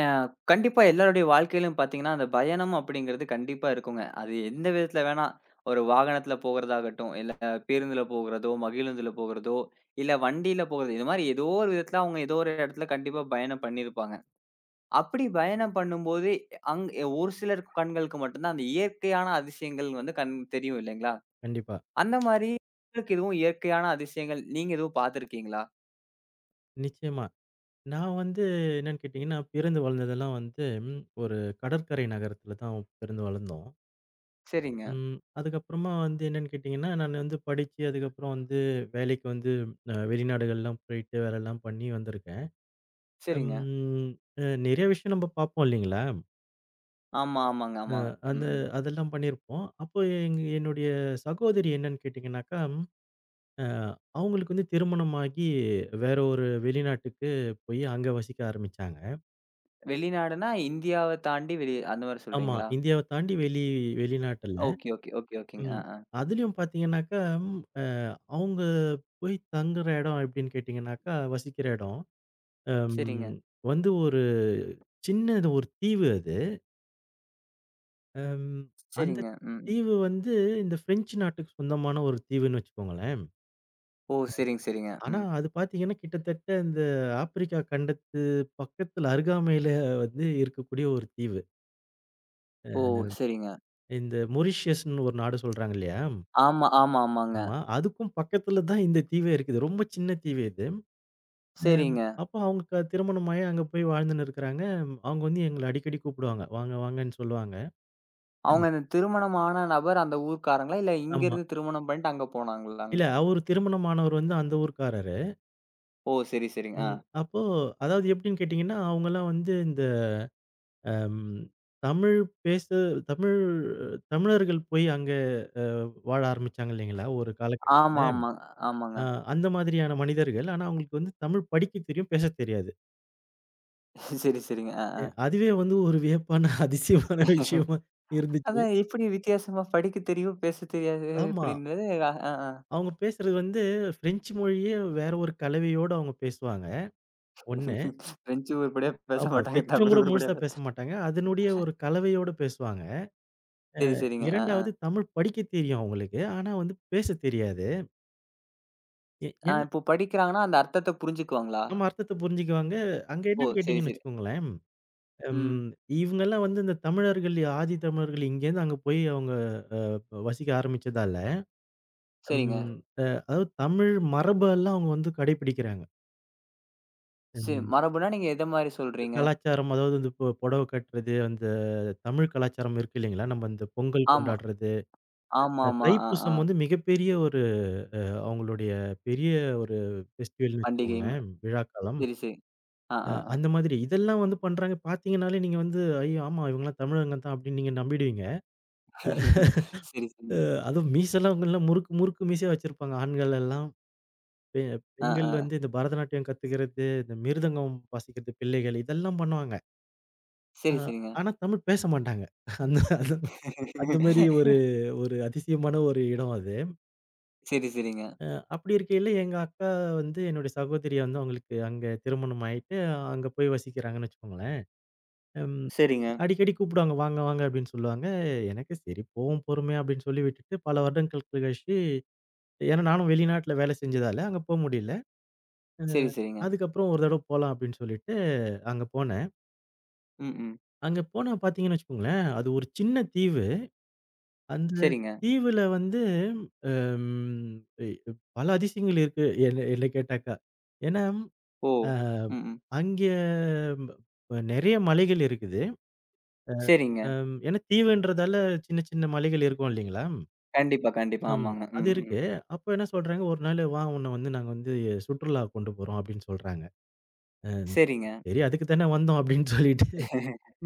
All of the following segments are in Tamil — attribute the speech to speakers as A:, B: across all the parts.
A: அ கண்டிப்பா எல்லாருடைய வாழ்க்கையிலும் பார்த்தீங்கன்னா, அந்த பயணம் அப்படிங்கிறது கண்டிப்பா இருக்குங்க. அது எந்த விதத்துல வேணா, ஒரு வாகனத்துல போகறதாகட்டும், இல்ல பேருந்துல போகறதோ, மகிழுந்துல போகறதோ, இல்ல வண்டியில போகறது. இது மாரி ஏதோ ஒரு விதத்துல அவங்க ஏதோ ஒரு இடத்துல கண்டிப்பா பயணம் பண்ணியிருப்பாங்க. அப்படி பயணம் பண்ணும்போது அங் ஒரு சிலர் கண்களுக்கு மட்டும் தான் அந்த இயற்கையான அதிசயங்கள் வந்து கண் தெரியும் இல்லைங்களா?
B: கண்டிப்பா.
A: அந்த மாரி உங்களுக்கு எதுவும் இயற்கையான அதிசயங்கள் நீங்க எதுவும் பார்த்துருக்கீங்களா?
B: நிச்சயமா. நான் வந்து என்னன்னு கேட்டீங்கன்னா, பிறந்து வளர்ந்ததெல்லாம் வந்து ஒரு கடற்கரை நகரத்தில தான் பிறந்து வளர்ந்தோம்.
A: சரிங்க,
B: ம். அதுக்கப்புறமா வந்து என்னன்னு கேட்டீங்கன்னா, நான் வந்து படிச்சு அதுக்கப்புறம் வந்து வேலைக்கு வந்து வெளிநாடுகள்லாம் போயிட்டு வேலைலாம் பண்ணி வந்திருக்கேன்.
A: சரிங்க.
B: ம். நிறைய விஷயம் நம்ம பார்ப்போம் இல்லைங்களா?
A: ஆமா, ஆமாங்க,
B: அ
A: ஆமாங்க.
B: அந்த
A: ம்.
B: அதெல்லாம் பண்ணியிருப்போம். அப்போ என்னுடைய சகோதரி என்னன்னு கேட்டீங்கன்னாக்கா, அ அவங்களுக்கு வந்து திருமணமாகி வேற ஒரு வெளிநாட்டுக்கு போய் அங்க வசிக்க ஆரம்பிச்சாங்க.
A: வெளிநாடுன்னா இந்தியாவ தாண்டி வெளி அந்த மாரி
B: ஆமா.
A: சொல்றீங்களா?
B: இந்தியாவ தாண்டி வெளிநாட்டுல.
A: ஓகே, ஓகே, ஓகே, ஓகேங்க.
B: ம்.
A: ஆ, ஆ.
B: அதுலயும் பார்த்தீங்கன்னாக்கா, ம் அ அவங்க போய் தங்குற இடம் எப்படின்னு கேட்டீங்கன்னாக்கா, வசிக்கிற இடம், அம்
A: சரிங்க,
B: வந்து ஒரு சின்னது ஒரு தீவு அது. அம் அந்த
A: சரிங்க. ம்.
B: தீவு வந்து இந்த பிரெஞ்சு நாட்டுக்கு சொந்தமான ஒரு தீவுன்னு வச்சுக்கோங்களேன்.
A: ஓ! சரிங்க, சரிங்க.
B: ஆனா
A: ம்.
B: அது பார்த்தீங்கன்னா, கிட்டத்தட்ட இந்த ஆப்பிரிக்கா கண்டத்து பக்கத்துல அருகாமையில வந்து இருக்கக்கூடிய ஒரு தீவு.
A: ஓ!
B: அ
A: சரிங்க.
B: இந்த மொரிஷியஸ்ன்னு ஒரு நாடு சொல்றாங்க இல்லையா?
A: ஆமா, ஆமா, ஆமாங்க.
B: ஆமா. அதுக்கும் பக்கத்துல தான் இந்த தீவே இருக்குது. ரொம்ப சின்ன தீவு இது. அம்
A: சரிங்க.
B: அப்போ அவங்க திருமணமாயி அங்க போய் வாழ்ந்துன்னு இருக்கிறாங்க. அவங்க வந்து எங்கள அடிக்கடி கூப்பிடுவாங்க. வாங்க, வாங்கன்னு சொல்லுவாங்க. ம்.
A: அவங்க அந்த திருமணமான நபர் அந்த ஊர்க்காரங்களா? இல்ல
B: ஆமா.
A: இங்கருந்து திருமணம் பண்ணிட்டு அங்க போனாங்களாங்க?
B: இல்ல அவரு திருமணமானவர் வந்து அந்த ஊர்க்காரரு.
A: ஓ! சரி, சரிங்க. ஆ.
B: ம். அப்போ அதாவது எப்படின்னு கேட்டீங்கன்னா, அவங்கலாம் வந்து இந்த அம் தமிழ் பேச தமிழ் தமிழர்கள் போய் அங்க அ வாழ ஆரம்பிச்சாங்க இல்லைங்களா? ஒரு
A: ஆமா,
B: காலகட்டத்துல.
A: ஆமா. ஆமாங்க.
B: அ அந்த மாதிரியான மனிதர்கள். ஆனா அவங்களுக்கு வந்து தமிழ் படிக்க தெரியும், பேசத் தெரியாது.
A: சரி, சரிங்க. ஆ, ஆ.
B: அதுவே வந்து ஒரு வியப்பான, அதிசயமான விஷயமா இருந்துச்சு.
A: அதான் எப்படி வித்தியாசமா படிக்க தெரியும், பேச தெரியாது
B: ஆமா.
A: அப்படின்றது. ஆ, ஆ.
B: அவங்க பேசுறது வந்து பிரெஞ்சு மொழியே வேற ஒரு கலவையோட அவங்க பேசுவாங்க. 1
A: ஆ. பிரெஞ்சு உருப்படியா பேச
B: ஆமா.
A: மாட்டாங்க.
B: பிரெஞ்சும் கூட
A: தமிழ் உருப்படியா
B: முழுசா
A: பேச
B: பேச மாட்டாங்க. அதனுடைய ஒரு கலவையோட பேசுவாங்க.
A: சரி, சரிங்க. ஆ, ஆ.
B: 2வது தமிழ் படிக்க தெரியும் அவங்களுக்கு. ஆனா வந்து பேச தெரியாது. எ
A: ஆ
B: என்ன
A: இப்போ படிக்கிறாங்கன்னா, அந்த அர்த்தத்த புரிஞ்சுக்குவாங்களா?
B: நம்ம அர்த்தத்த புரிஞ்சுக்குவாங்க. அங்க
A: ஓ!
B: என்னன்னு
A: சரி,
B: கேட்டீங்கன்னு
A: சரி.
B: வச்சுக்கோங்களேன்,
A: ம்.
B: ம் இவங்கலாம் வந்து இந்த தமிழர்கள், ஆதி தமிழர்கள் இங்கேருந்து அங்க போய் அவங்க வசிக்க ஆரம்பிச்சதால.
A: சரிங்க.
B: ம். அதாவது தமிழ் மரபெல்லாம் அவங்க வந்து கடைபிடிக்கிறாங்க.
A: சரி.
B: ம்.
A: மரபுனா நீங்க எத மாரி சொல்றீங்க?
B: கலாச்சாரம் அதாவது வந்து இப்போ புடவை கட்டுறது, அந்த தமிழ் கலாச்சாரம் இருக்கு இல்லைங்களா? நம்ம இந்த பொங்கல்
A: ஆமா.
B: கொண்டாடுறது,
A: ஆமாமா. ஆ, ஆ.
B: தைப்பூசம் வந்து மிகப்பெரிய ஒரு அவங்களுடைய பெரிய ஒரு ஃபெஸ்டிவல்னு
A: பண்டிகை ம
B: வச்சுக்கோங்களேன், விழாக்காலம்.
A: சரி, சரி. ஆ, ஆ, ஆ.
B: அந்த மாதிரி இதெல்லாம் வந்து பண்றாங்க. பார்த்தீங்கனாலே நீங்க வந்து, ஐயோ! ஆமா இவங்கலாம் தமிழங்க தான் அப்படின்னு நீங்க நம்பிடுவீங்க.
A: சரி, சரிங்க.
B: அதுவும் மீசலாம் அவங்கலாம் முறுக்கு முறுக்கு மீசையா வச்சிருப்பாங்க ஆண்கள் எல்லாம். பெ
A: ஆ,
B: பெண்கள்
A: ஆ.
B: வந்து இந்த பரதநாட்டியம் கத்துக்கிறது, இந்த மிருதங்கம் வாசிக்கிறது பிள்ளைகள் இதெல்லாம் பண்ணுவாங்க. ஆ
A: சரி, சரிங்க.
B: ஆனா தமிழ் பேச மாட்டாங்க. அந்த அந்த அந்த மாரி ஒரு ஒரு அதிசயமான ஒரு இடம் அது.
A: சரி, சரிங்க.
B: அப்படி இருக்கையில எங்க அக்கா வந்து என்னுடைய சகோதரிய வந்து அவங்களுக்கு அங்க திருமணம் ஆயிட்டு, அங்க போய் வசிக்கிறாங்கன்னு வச்சுக்கோங்களேன். ம்.
A: சரிங்க.
B: அடிக்கடி கூப்பிடுவாங்க, "வாங்க, வாங்க" அப்படின்னு சொல்லுவாங்க. எனக்கு சரி போவோம் பொறுமையா அப்படின்னு சொல்லி விட்டுட்டு பல வருடங்கள் கழிச்சு, ஏன்னா நானும் வெளிநாட்டுல வேலை செஞ்சதால அங்க போ முடியல. அ
A: சரி, சரிங்க.
B: அதுக்கப்புறம் ஒரு தடவ போலாம் அப்படின்னு சொல்லிட்டு அங்க போனேன்.
A: ம், ம்.
B: அங்க போனா பார்த்தீங்கன்னு வச்சுக்கோங்களேன், அது ஒரு சின்ன தீவு. அந்த
A: சரிங்க.
B: தீவுல வந்து அம் பல அதிசயங்கள் இருக்கு என்ன என்ன கேட்டாக்கா. ஏன்னா,
A: ஓ!
B: அ
A: ம், ம்.
B: அங்கே நெறைய மலைகள் இருக்குது.
A: சரிங்க.
B: ஏன்னா தீவுன்றதால சின்ன சின்ன மலைகள் இருக்கும் இல்லைங்களா?
A: கண்டிப்பா, கண்டிப்பா.
B: அம்
A: ஆமாங்க.
B: அது
A: ம்,
B: இருக்கு.
A: ம்.
B: அப்ப என்ன சொல்றாங்க, "ஒரு நாள் வா, உன்ன வந்து நாங்க வந்து சுற்றுலா கொண்டு போறோம்" அப்படின்னு சொல்றாங்க. அ
A: சரிங்க.
B: சரி அதுக்கு தானே வந்தோம் அப்படின்னு சொல்லிட்டு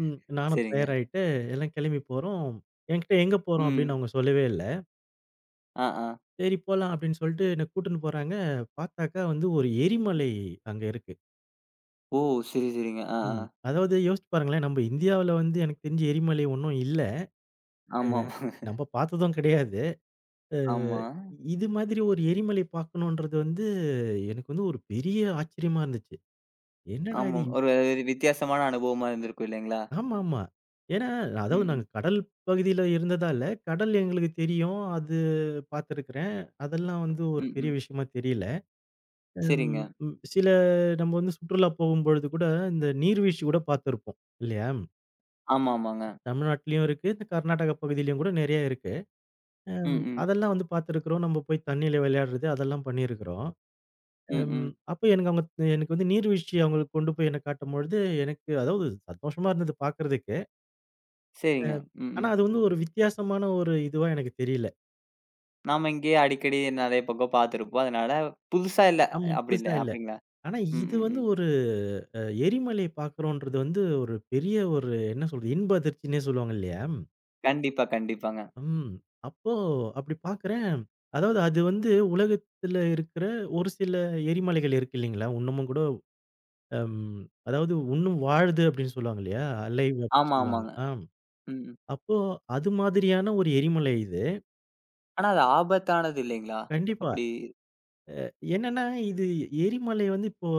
B: நானும்
A: சரிங்க.
B: தயாராயிட்டு எல்லாம் கெளம்பி போறோம். என்கிட்ட எங்க போறோம் அப்படின்னு
A: ம்.
B: அவங்க சொல்லவே இல்ல.
A: ஆ, ஆ.
B: சரி போலாம் அப்படின்னு சொல்லிட்டு என்ன கூட்டின்னு போறாங்க. பார்த்தாக்கா வந்து ஒரு எரிமலை அங்க இருக்கு.
A: ஓ! சரி, சரிங்க. ஆ,
B: ம்.
A: ஆ.
B: அதாவது யோசிச்சு பாருங்களேன், நம்ம இந்தியாவுல வந்து எனக்கு தெரிஞ்சு எரிமலை ஒண்ணும் இல்ல. அ
A: ஆமாமா.
B: நம்ம பார்த்ததும் கிடையாது. அ
A: ஆமா.
B: இது மாதிரி ஒரு எரிமலை பார்க்கணுன்றது வந்து எனக்கு வந்து ஒரு பெரிய ஆச்சரியமா இருந்துச்சு. என்னடா
A: ஆமா.
B: இது?
A: ஒரு வித்தியாசமான அனுபவமா இருந்திருக்கும் இல்லைங்களா?
B: ஆமாமா. ஏன்னா,
A: ம்,
B: அதாவது நாங்க
A: ம்.
B: கடல் பகுதியில இருந்ததால, கடல் எங்களுக்கு தெரியும். அது பார்த்துருக்கிறேன். அதெல்லாம் வந்து
A: ம்,
B: ஒரு பெரிய
A: ம்.
B: விஷயமா தெரியல.
A: சரிங்க.
B: ம், ம். சில நம்ம வந்து சுற்றுலா போகும்பொழுது கூட, இந்த நீர்வீழ்ச்சி கூட பார்த்துருப்போம். இல்லையா?
A: ஆமா, ஆமாங்க.
B: தமிழ்நாட்டிலயும் இருக்கு. இந்த கர்நாடக பகுதியிலயும் கூட நெறைய இருக்கு.
A: ம், ம்.
B: அதெல்லாம் வந்து பார்த்துருக்கிறோம். நம்ம போய் தண்ணீல விளையாடுறது, அதெல்லாம் பண்ணியிருக்கிறோம்.
A: ம்,
B: அம்
A: ம்.
B: அப்ப எனக்கு அவங்க எனக்கு வந்து நீர்வீழ்ச்சி அவங்களுக்கு கொண்டு போய் என்ன காட்டும்பொழுது, எனக்கு அதாவது சந்தோஷமா இருந்தது பார்க்கறதுக்கு.
A: சரிங்க.
B: அம்
A: ம்,
B: ஆனா
A: ம்.
B: அது வந்து ஒரு வித்தியாசமான ஒரு இதுவா எனக்கு தெரியல.
A: நாம இங்கேயே அடிக்கடி நெறைய பக்கம் பார்த்துருப்போம். அதனால புதுசா இல்ல.
B: ஆமா,
A: அப்படி
B: புதுசா
A: இல்ல
B: இல்ல.
A: அப்படிங்களா?
B: ஆனா
A: ம்,
B: இது
A: ம்,
B: வந்து
A: ம்.
B: ஒரு அ எரிமலை பார்க்குறோன்றது வந்து ஒரு பெரிய ஒரு என்ன சொல்றது, இன்ப அதிர்ச்சின்னே சொல்லுவாங்க இல்லையா?
A: கண்டிப்பா, கண்டிப்பாங்க.
B: ம். அப்போ அப்படி பார்க்கிறேன். அதாவது அது வந்து உலகத்துல இருக்கிற ஒரு சில எரிமலைகள் இருக்கு இல்லைங்களா? இன்னமும் கூட அம் அதாவது உன்னும் வாழுது அப்படின்னு சொல்லுவாங்க இல்லையா? அலைவ் அப்படின்னு
A: ஆமா,
B: சொல்லுவாங்க.
A: ஆமாங்க.
B: ஆம்.
A: ம், ம்.
B: அப்போ அது மாதிரியான ஒரு எரிமலை இது.
A: ஆனா அது ஆபத்தானது இல்லைங்களா?
B: கண்டிப்பா.
A: அப்படி
B: என்னன்னா இது எரிமலை வந்து இப்போ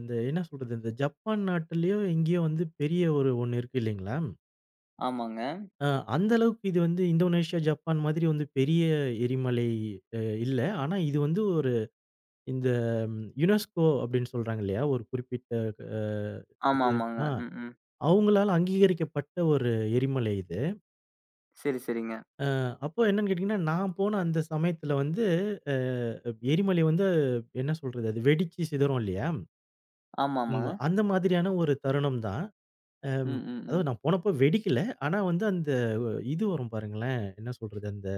B: இந்த என்ன சொல்றது? இந்த ஜப்பான் நாட்டிலயோ எங்கேயோ வந்து பெரிய ஒரு ஒண்ணு இருக்கு இல்லைங்களா?
A: ஆமாங்க.
B: அ அந்த அளவுக்கு இது வந்து இந்தோனேஷியா, ஜப்பான் மாதிரி வந்து பெரிய எரிமலை அ இல்ல. ஆனா இது வந்து இந்த யுனெஸ்கோ அப்படின்னு சொல்றாங்க இல்லையா? ஒரு குறிப்பிட்ட அ
A: ஆமா,
B: இது
A: ஆமாங்க.
B: ஆ
A: ம், ம்.
B: அவங்களால அங்கீகரிக்கப்பட்ட ஒரு எரிமலை இது.
A: சரி, சரிங்க.
B: அ அப்போ என்னன்னு கேட்டீங்கன்னா, நான் போன அந்த சமயத்துல வந்து அ எரிமலை வந்து என்ன சொல்றது? அது வெடிச்சு சிதறும் இல்லையா?
A: ஆமா, ஆமாங்க.
B: அந்த மாதிரியான ஒரு தருணம் தான்.
A: ம்,
B: அம்
A: ம், ம்.
B: அதாவது நான் போனப்போ வெடிக்கல. ஆனா வந்து அந்த இது வரும் பாருங்களேன். என்ன சொல்றது? அந்த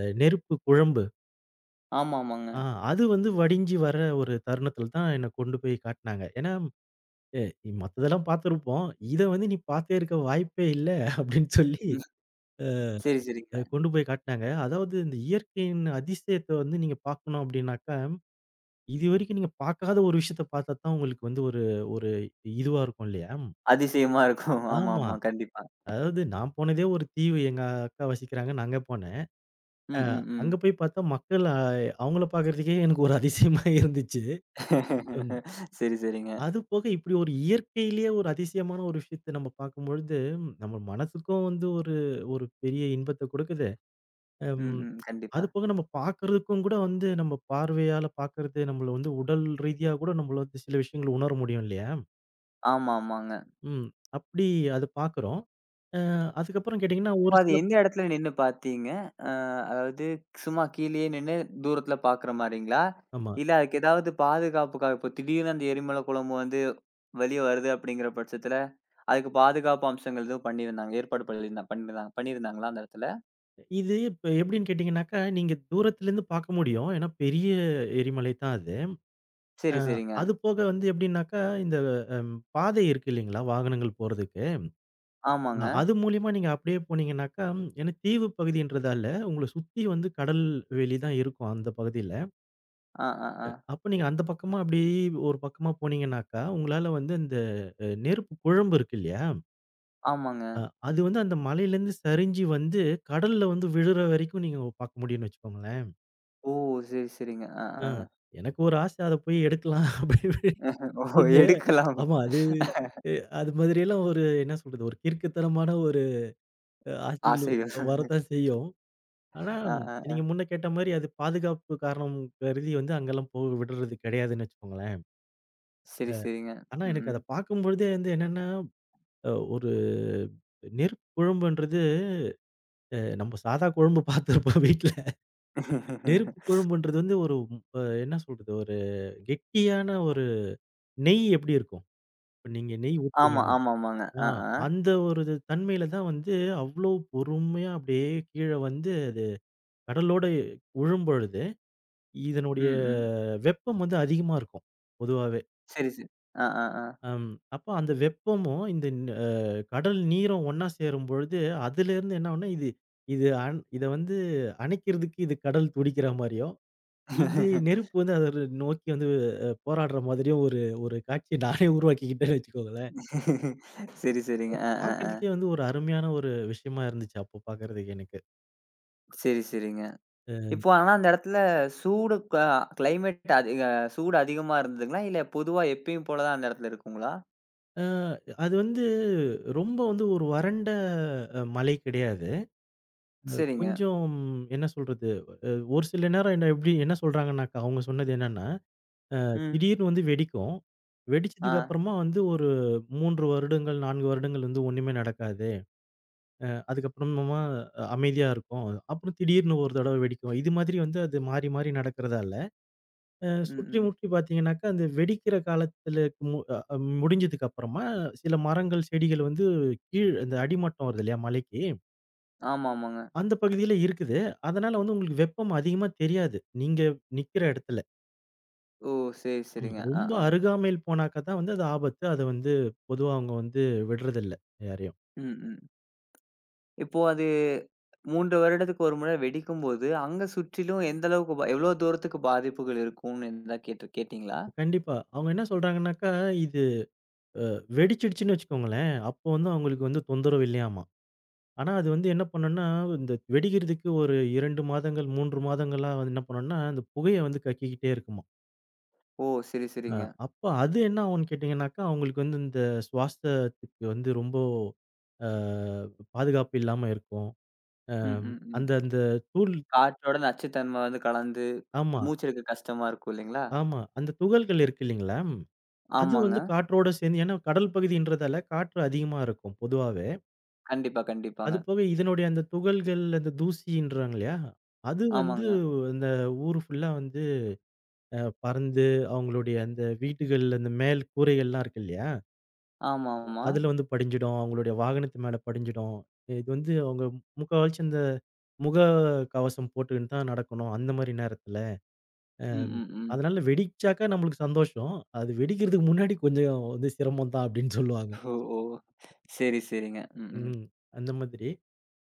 B: நெருப்பு குழம்பு.
A: ஆமா, ஆமாங்க.
B: ஆ அது வந்து வடிஞ்சு வர ஒரு தருணத்துல தான் என்ன கொண்டு போய் காட்டுனாங்க. ஏன்னா எ மத்ததெல்லாம் பார்த்திருப்போம். இத வந்து நீ பார்த்தே இருக்க வாய்ப்பே இல்ல அப்படின்னு சொல்லி
A: ம். சரி, சரிங்க.
B: கொண்டு போய் காட்டுனாங்க. அதாவது இந்த இயற்கையின் அதிசயத்த வந்து நீங்க பார்க்கணும் அப்படின்னாக்கா, இதுவரைக்கும் நீங்க பார்க்காத ஒரு விஷயத்த பார்த்தா தான் உங்களுக்கு வந்து ஒரு ஒரு இதுவா இருக்கும் இல்லையா?
A: அதிசயமா இருக்கும். ஆமா,
B: ஆமா.
A: ஆமா. கண்டிப்பா.
B: அதாவது நான் போனதே ஒரு தீவு. எங்க அக்கா வசிக்கிறாங்க. நான் அங்க போனேன்.
A: ம், ம், ம்.
B: அங்க போய் பார்த்தா மக்கள் அவங்கள பார்க்கறதுக்கே எனக்கு ஒரு அதிசயமா இருந்துச்சு.
A: சரி, சரிங்க.
B: அது போக இப்படி ஒரு இயற்கையிலேயே ஒரு அதிசயமான ஒரு விஷயத்த நம்ம பார்க்கும்பொழுது, நம்ம மனசுக்கும் வந்து ஒரு ஒரு பெரிய இன்பத்த குடுக்குது.
A: ம்,
B: அம்
A: ம்.
B: அது
A: கண்டிப்பா.
B: போக நம்ம பார்க்கறதுக்கும் கூட வந்து நம்ம பார்வையால பார்க்கறது, நம்மள வந்து உடல் ரீதியா கூட நம்மள வந்து சில விஷயங்கள உணர முடியும் இல்லையா?
A: ஆமா, ஆமாங்க.
B: ம். அப்படி அத பார்க்குறோம். அ அதுக்கப்புறம் கேட்டீங்கன்னா, ஒரு
A: அப்ப அது
B: சில.
A: எந்த இடத்துல நின்னு பார்த்தீங்க? அ அதாவது சும்மா கீழயே நின்னு தூரத்துல பார்க்குற மாரிங்களா?
B: ஆமா.
A: இல்ல அதுக்கு ஏதாவது பாதுகாப்புக்காக இப்போ திடீர்னு அந்த எரிமலை குழம்பு வந்து வெளிய வருது அப்படிங்கிற பட்சத்துல, அதுக்கு பாதுகாப்பு அம்சங்கள் எதுவும் பண்ணியிருந்தாங்க ஏற்பாடு பண்ணியிருந்தா பண்ணியிருந்தாங்க பண்ணியிருந்தாங்களா அந்த இடத்துல?
B: இது இப்ப எப்படின்னு கேட்டீங்கன்னாக்கா, நீங்க தூரத்திலேருந்து பார்க்க முடியும். ஏன்னா பெரிய எரிமலை தான் அது. அ
A: சரி, சரிங்க.
B: அது போக வந்து எப்படின்னாக்கா, இந்த பாதை இருக்கு இல்லைங்களா? வாகனங்கள் போறதுக்கு.
A: ஆமாங்க.
B: அது மூலியமா நீங்க அப்படியே போனீங்கன்னாக்கா, ஏன்னா தீவு பகுதின்றதால, உங்கள சுத்தி வந்து கடல் வெளி தான் இருக்கும் அந்த பகுதியில.
A: அ, அ, அ.
B: அப்ப நீங்க அந்த பக்கமா அப்படியே ஒரு பக்கமா போனீங்கன்னாக்கா, உங்களால வந்து அந்த நெருப்பு குழம்பு இருக்கு இல்லையா?
A: ஆமாங்க.
B: அ அது வந்து அந்த மலையிலேருந்து சரிஞ்சு வந்து கடல்ல வந்து விழுற வரைக்கும் நீங்க பார்க்க முடியும்னு வச்சுக்கோங்களேன்.
A: ஓ! சரி, சரிங்க. அ,
B: அ
A: அ.
B: எனக்கு ஒரு ஆசை, அத போய் எடுக்கலாம் அப்படி
A: ஓ!
B: இப்படின்னு.
A: எடுக்கலாம்.
B: ஆமா அது அது மாதிரியெல்லாம் ஒரு என்ன சொல்றது, ஒரு கிறுக்குத்தனமான ஒரு ஆசைகள்
A: ஆசைகள்.
B: வரத்தான் செய்யும். ஆனா,
A: அ, அ.
B: நீங்க முன்ன கேட்ட மாரி அது பாதுகாப்பு காரணம் கருதி வந்து அங்கெல்லாம் போக விடுறது கிடையாதுன்னு வச்சுக்கோங்களேன்.
A: சரி, சரிங்க.
B: ஆனா,
A: ம்.
B: எனக்கு அத
A: ம்.
B: பார்க்கும்பொழுதே வந்து என்னன்னா, ஒரு நெருப்பு குழம்புன்றது நம்ம சாதா குழம்பு பார்த்துருப்போம் வீட்ல. நெருப்பு குழம்புன்றது வந்து ஒரு என்ன சொல்றது? ஒரு கெட்டியான ஒரு நெய் எப்படி இருக்கும்? இப்ப நீங்க நெய்
A: ஆமா,
B: ஊத்துறீங்கன்னா,
A: ஆமாமாங்க.
B: ஆ
A: அ, ஆ. ஆ.
B: அந்த ஒரு இது தன்மையில தான் வந்து அவ்ளோ பொறுமையா அப்படியே கீழ வந்து அது கடலோட உழும்பொழுது,
A: ம்,
B: இதனுடைய
A: ம்.
B: வெப்பம் வந்து அதிகமா இருக்கும். பொதுவாவே.
A: சரி, சரி. அ, ஆ, ஆ.
B: அம் அப்போ அந்த வெப்பமும், இந்த அ கடல் நீரும் ஒண்ணா சேரும்பொழுது, அதிலிருந்து என்ன ஆகும்னா, இது இது அன் இத வந்து அணைக்கிறதுக்கு இது கடல் துடிக்கிற மாரியும், இது நெருப்பு வந்து அத நோக்கி வந்து போராடுற மாதிரியும் ஒரு ஒரு காட்சிய நானே உருவாக்கிக்கிட்டேன்னு வச்சுக்கோங்களேன்.
A: சரி, சரிங்க. அ, ஆ, ஆ.
B: பார்க்கறதுக்கே வந்து ஒரு அருமையான ஒரு விஷயமா இருந்துச்சு அப்போ பார்க்கறதுக்கு எனக்கு.
A: சரி, சரிங்க. இப்போ ஆனா அந்த இடத்துல சூடு க கிளைமேட் அதிக சூடு அதிகமா இருந்ததுங்களா? இல்ல பொதுவா எப்பயும் போல தான் அந்த இடத்துல இருக்குங்களா?
B: அ அது வந்து ரொம்ப வந்து ஒரு வறண்ட மலை கிடையாது.
A: சரிங்க.
B: கொஞ்சம் என்ன சொல்றது, அ ஒரு சில நேரம் என்ன எப்படி என்ன சொல்றாங்கன்னாக்கா, அவங்க சொன்னது என்னன்னா,
A: ம்.
B: திடீர்னு வந்து வெடிக்கும்.
A: ஆ.
B: வெடிச்சதுக்கு அப்புறமா வந்து ஒரு 3 வருடங்கள், 4 வருடங்கள் வந்து ஒண்ணுமே நடக்காது. அதுக்கப்புறமா அமைதியா இருக்கும். அப்புறம் திடீர்னு ஒரு தடவ வெடிக்கும். இது மாதிரி வந்து அது மாறி, மாறி நடக்கிறதால,
A: ம்,
B: சுற்றி
A: ம்.
B: முற்றி பார்த்தீங்கன்னாக்கா, அந்த வெடிக்கிற காலத்துல மு அ முடிஞ்சதுக்கு அப்புறமா சில மரங்கள், செடிகள் வந்து கீழ் இந்த அடிமட்டம் வருது இல்லையா மலைக்கு,
A: ஆமாமாங்க.
B: அந்த பகுதியில இருக்குது. அதனால வந்து உங்களுக்கு வெப்பம் அதிகமா தெரியாது, நீங்க நிக்கிற இடத்துல.
A: ஓ! சரி,
B: ஆமா.
A: சரிங்க. அ,
B: ரொம்ப
A: ஆ.
B: அருகாமையில் போனாக்கா தான் வந்து அது ஆபத்து. அத வந்து பொதுவா அவங்க வந்து விடுறதில்ல யாரையும்.
A: ம், ம். இப்போ அது 3 வருடத்துக்கு ஒரு முறை வெடிக்கும்போது, அங்க சுற்றிலும் எந்த அளவுக்கு எவ்வளோ தூரத்துக்கு பாதிப்புகள் இருக்கும்னு எதா கேட்டீங்களா?
B: கண்டிப்பா. அவங்க என்ன சொல்றாங்கன்னாக்கா, இது அ வெடிச்சிடுச்சுன்னு வச்சுக்கோங்களேன், அப்போ வந்து அவங்களுக்கு வந்து தொந்தரவு இல்லையாமாம். ஆனா அது வந்து என்ன பண்ணும்னா, இந்த வெடிக்கிறதுக்கு ஒரு 2 மாதங்கள், 3 மாதங்களா வந்து என்ன பண்ணும்னா, அந்த புகைய வந்து கக்கிக்கிட்டே இருக்குமாம்.
A: ஓ! சரி,
B: அ
A: சரிங்க.
B: அப்ப அது என்ன ஆகும்ன்னு கேட்டீங்கன்னாக்கா, அவங்களுக்கு வந்து இந்த சுவாசத்துக்கு வந்து ரொம்ப அ பாதுகாப்பு இல்லாம இருக்கும்.
A: ம்,
B: அம்
A: ம், ம்.
B: அந்த அந்த தூள்.
A: காற்றோட நச்சுத்தன்ம வந்து கலந்து,
B: ஆமா.
A: மூச்செடுக்க கஷ்டமா இருக்கும் இல்லைங்களா?
B: ஆமா. அந்த துகள்கள் இருக்கு இல்லீங்களா? அது வந்து
A: ஆமாங்க.
B: காற்றோட சேர்ந்து, ஏன்னா கடல் பகுதின்றதால காற்று அதிகமா இருக்கும் பொதுவாவே.
A: கண்டிப்பா,
B: அது
A: கண்டிப்பாங்க.
B: போக இதனுடைய அந்த துகள்கள், அந்த தூசின்றாங்க இல்லையா? அது வந்து
A: ஆமாங்க.
B: அந்த ஊர் ஃபுல்லா வந்து பறந்து அவங்களுடைய அந்த வீடுகள், அந்த மேல் கூரைகள்லாம் இருக்கு இல்லையா?
A: ஆமா, ஆமா.
B: அதுல வந்து படிஞ்சிடும். அவங்களுடைய வாகனத்து மேல படிஞ்சிடும். இது வந்து அவங்க முக்காவாசி அந்த முக கவசம் போட்டுக்கின்னு தான் நடக்கணும், அந்த மாரி நேரத்துல.
A: ம்,
B: ம்.
A: ம், ம்.
B: அதனால வெடிச்சாக்கா நம்மளுக்கு சந்தோஷம். அது வெடிக்கிறதுக்கு முன்னாடி கொஞ்சம் வந்து சிரமம் தான் அப்படின்னு சொல்லுவாங்க.
A: ஓ! ஓ! சரி, சரிங்க. ம், ம்.
B: ம். அந்த மாதிரி.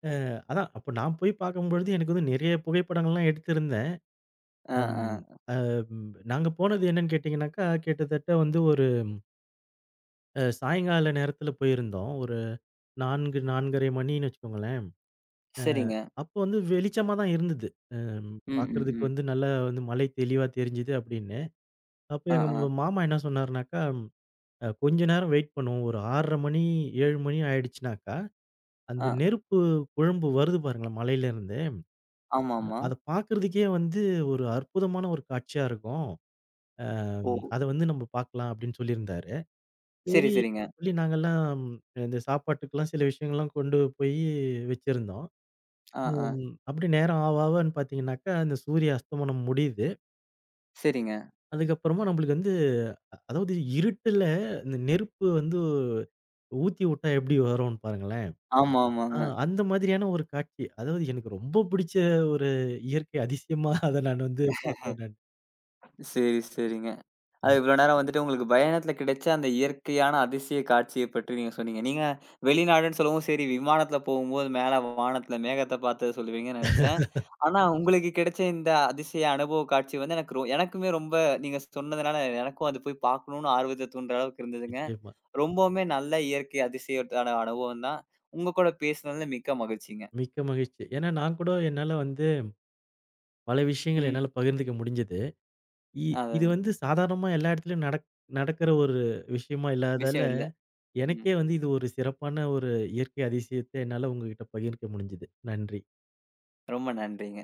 B: அ அதான். அப்ப நான் போய் பார்க்கும்பொழுது எனக்கு வந்து நிறைய புகைப்படங்கள்லாம் எடுத்திருந்தேன்.
A: ஆ,
B: அம்
A: ஆ.
B: அ நாங்க போனது என்னன்னு கேட்டீங்கன்னாக்கா, கிட்டத்தட்ட வந்து ஒரு சாயங்கால நேரத்தில போயிருந்தோம். ஒரு 4, 4:30 மணின்னு வச்சுக்கோங்களேன்.
A: சரிங்க.
B: அப்போ வந்து வெளிச்சமா தான் இருந்தது.
A: ம், ம்,
B: பார்க்கறதுக்கு
A: ம்.
B: வந்து நல்லா வந்து மலை தெளிவா தெரிஞ்சுது அப்படின்னு. அப்போ
A: ஆ,
B: எங்க
A: ஆ.
B: மாமா என்ன சொன்னாருனாக்கா, கொஞ்ச நேரம் வெயிட் பண்ணுவோம். ஒரு 6:30 மணி, 7 மணி ஆயிடுச்சுனாக்கா, அந்த
A: ஆ.
B: நெருப்பு குழம்பு வருது பாருங்களேன் மலையிலேருந்து.
A: ஆமாமா.
B: அத பார்க்கறதுக்கே வந்து ஒரு அற்புதமான ஒரு காட்சியா இருக்கும். அ
A: ஓ!
B: அத வந்து நம்ம பார்க்கலாம் அப்படின்னு சொல்லியிருந்தாரு.
A: சரி,
B: சரி
A: சரிங்க.
B: சொல்லி நாங்கலாம் இந்த சாப்பாட்டுக்கெல்லாம் சில விஷயங்கள்லாம் கொண்டு போய் வச்சிருந்தோம்.
A: ஆ, ஆ.
B: ம். அப்படி நேரம் ஆவ ஆவன்னு பார்த்தீங்கன்னாக்கா, அந்த சூரிய அஸ்தமனம் முடியுது.
A: சரிங்க.
B: அதுக்கப்புறமா நம்மளுக்கு வந்து அதாவது இருட்டுல இந்த நெருப்பு வந்து ஊத்தி விட்டா எப்படி வரும்னு பாருங்களேன்.
A: ஆமா, ஆமாங்க.
B: அந்த மாதிரியான ஒரு காட்சி. அதாவது எனக்கு ரொம்ப பிடிச்ச ஒரு இயற்கை அதிசயமா அத நான் வந்து பார்க்குறேன் நானு.
A: சரி, சரிங்க. அது
B: ம்.
A: இவ்வளோ நேரம் வந்துட்டு உங்களுக்கு பயணத்தில கிடைச்ச அந்த இயற்கையான அதிசய காட்சிய பற்றி நீங்க சொன்னீங்க. நீங்க வெளிநாடுன்னு சொல்லவும் சரி விமானத்தில போகும்போது மேல வானத்தில மேகத்த பார்த்தத சொல்லுவீங்கன்னு நெனச்சேன். ஆனா உங்களுக்கு கிடைச்ச இந்த அதிசய அனுபவ காட்சி வந்து எனக்கு எனக்குமே ரொம்ப நீங்க சொன்னதுனால எனக்கும் அது போய் பார்க்கணும்னு ஆர்வத்த தூண்டுற அளவுக்கு இருந்ததுங்க.
B: நிச்சயமா.
A: ரொம்பவுமே நல்ல இயற்கை அதிசயத்தான அனுபவம் தான். உங்க கூட பேசினதுல மிக்க மகிழ்ச்சிங்க.
B: மிக்க மகிழ்ச்சி. ஏன்னா நான் கூட என்னால வந்து பல விஷயங்கள்
A: ம்.
B: என்னால பகிர்ந்துக்க முடிஞ்சது. இ
A: அது
B: இது வந்து சாதாரணமா எல்லா இடத்துலயும் நடக்கிற ஒரு விஷயமா இல்லாததால,
A: விஷயம் இல்ல. ம்.
B: எனக்கே வந்து இது ஒரு சிறப்பான ஒரு இயற்கை அதிசயத்த என்னால உங்ககிட்ட பகிர்க்க முடிஞ்சது. நன்றி.
A: ரொம்ப நன்றிங்க.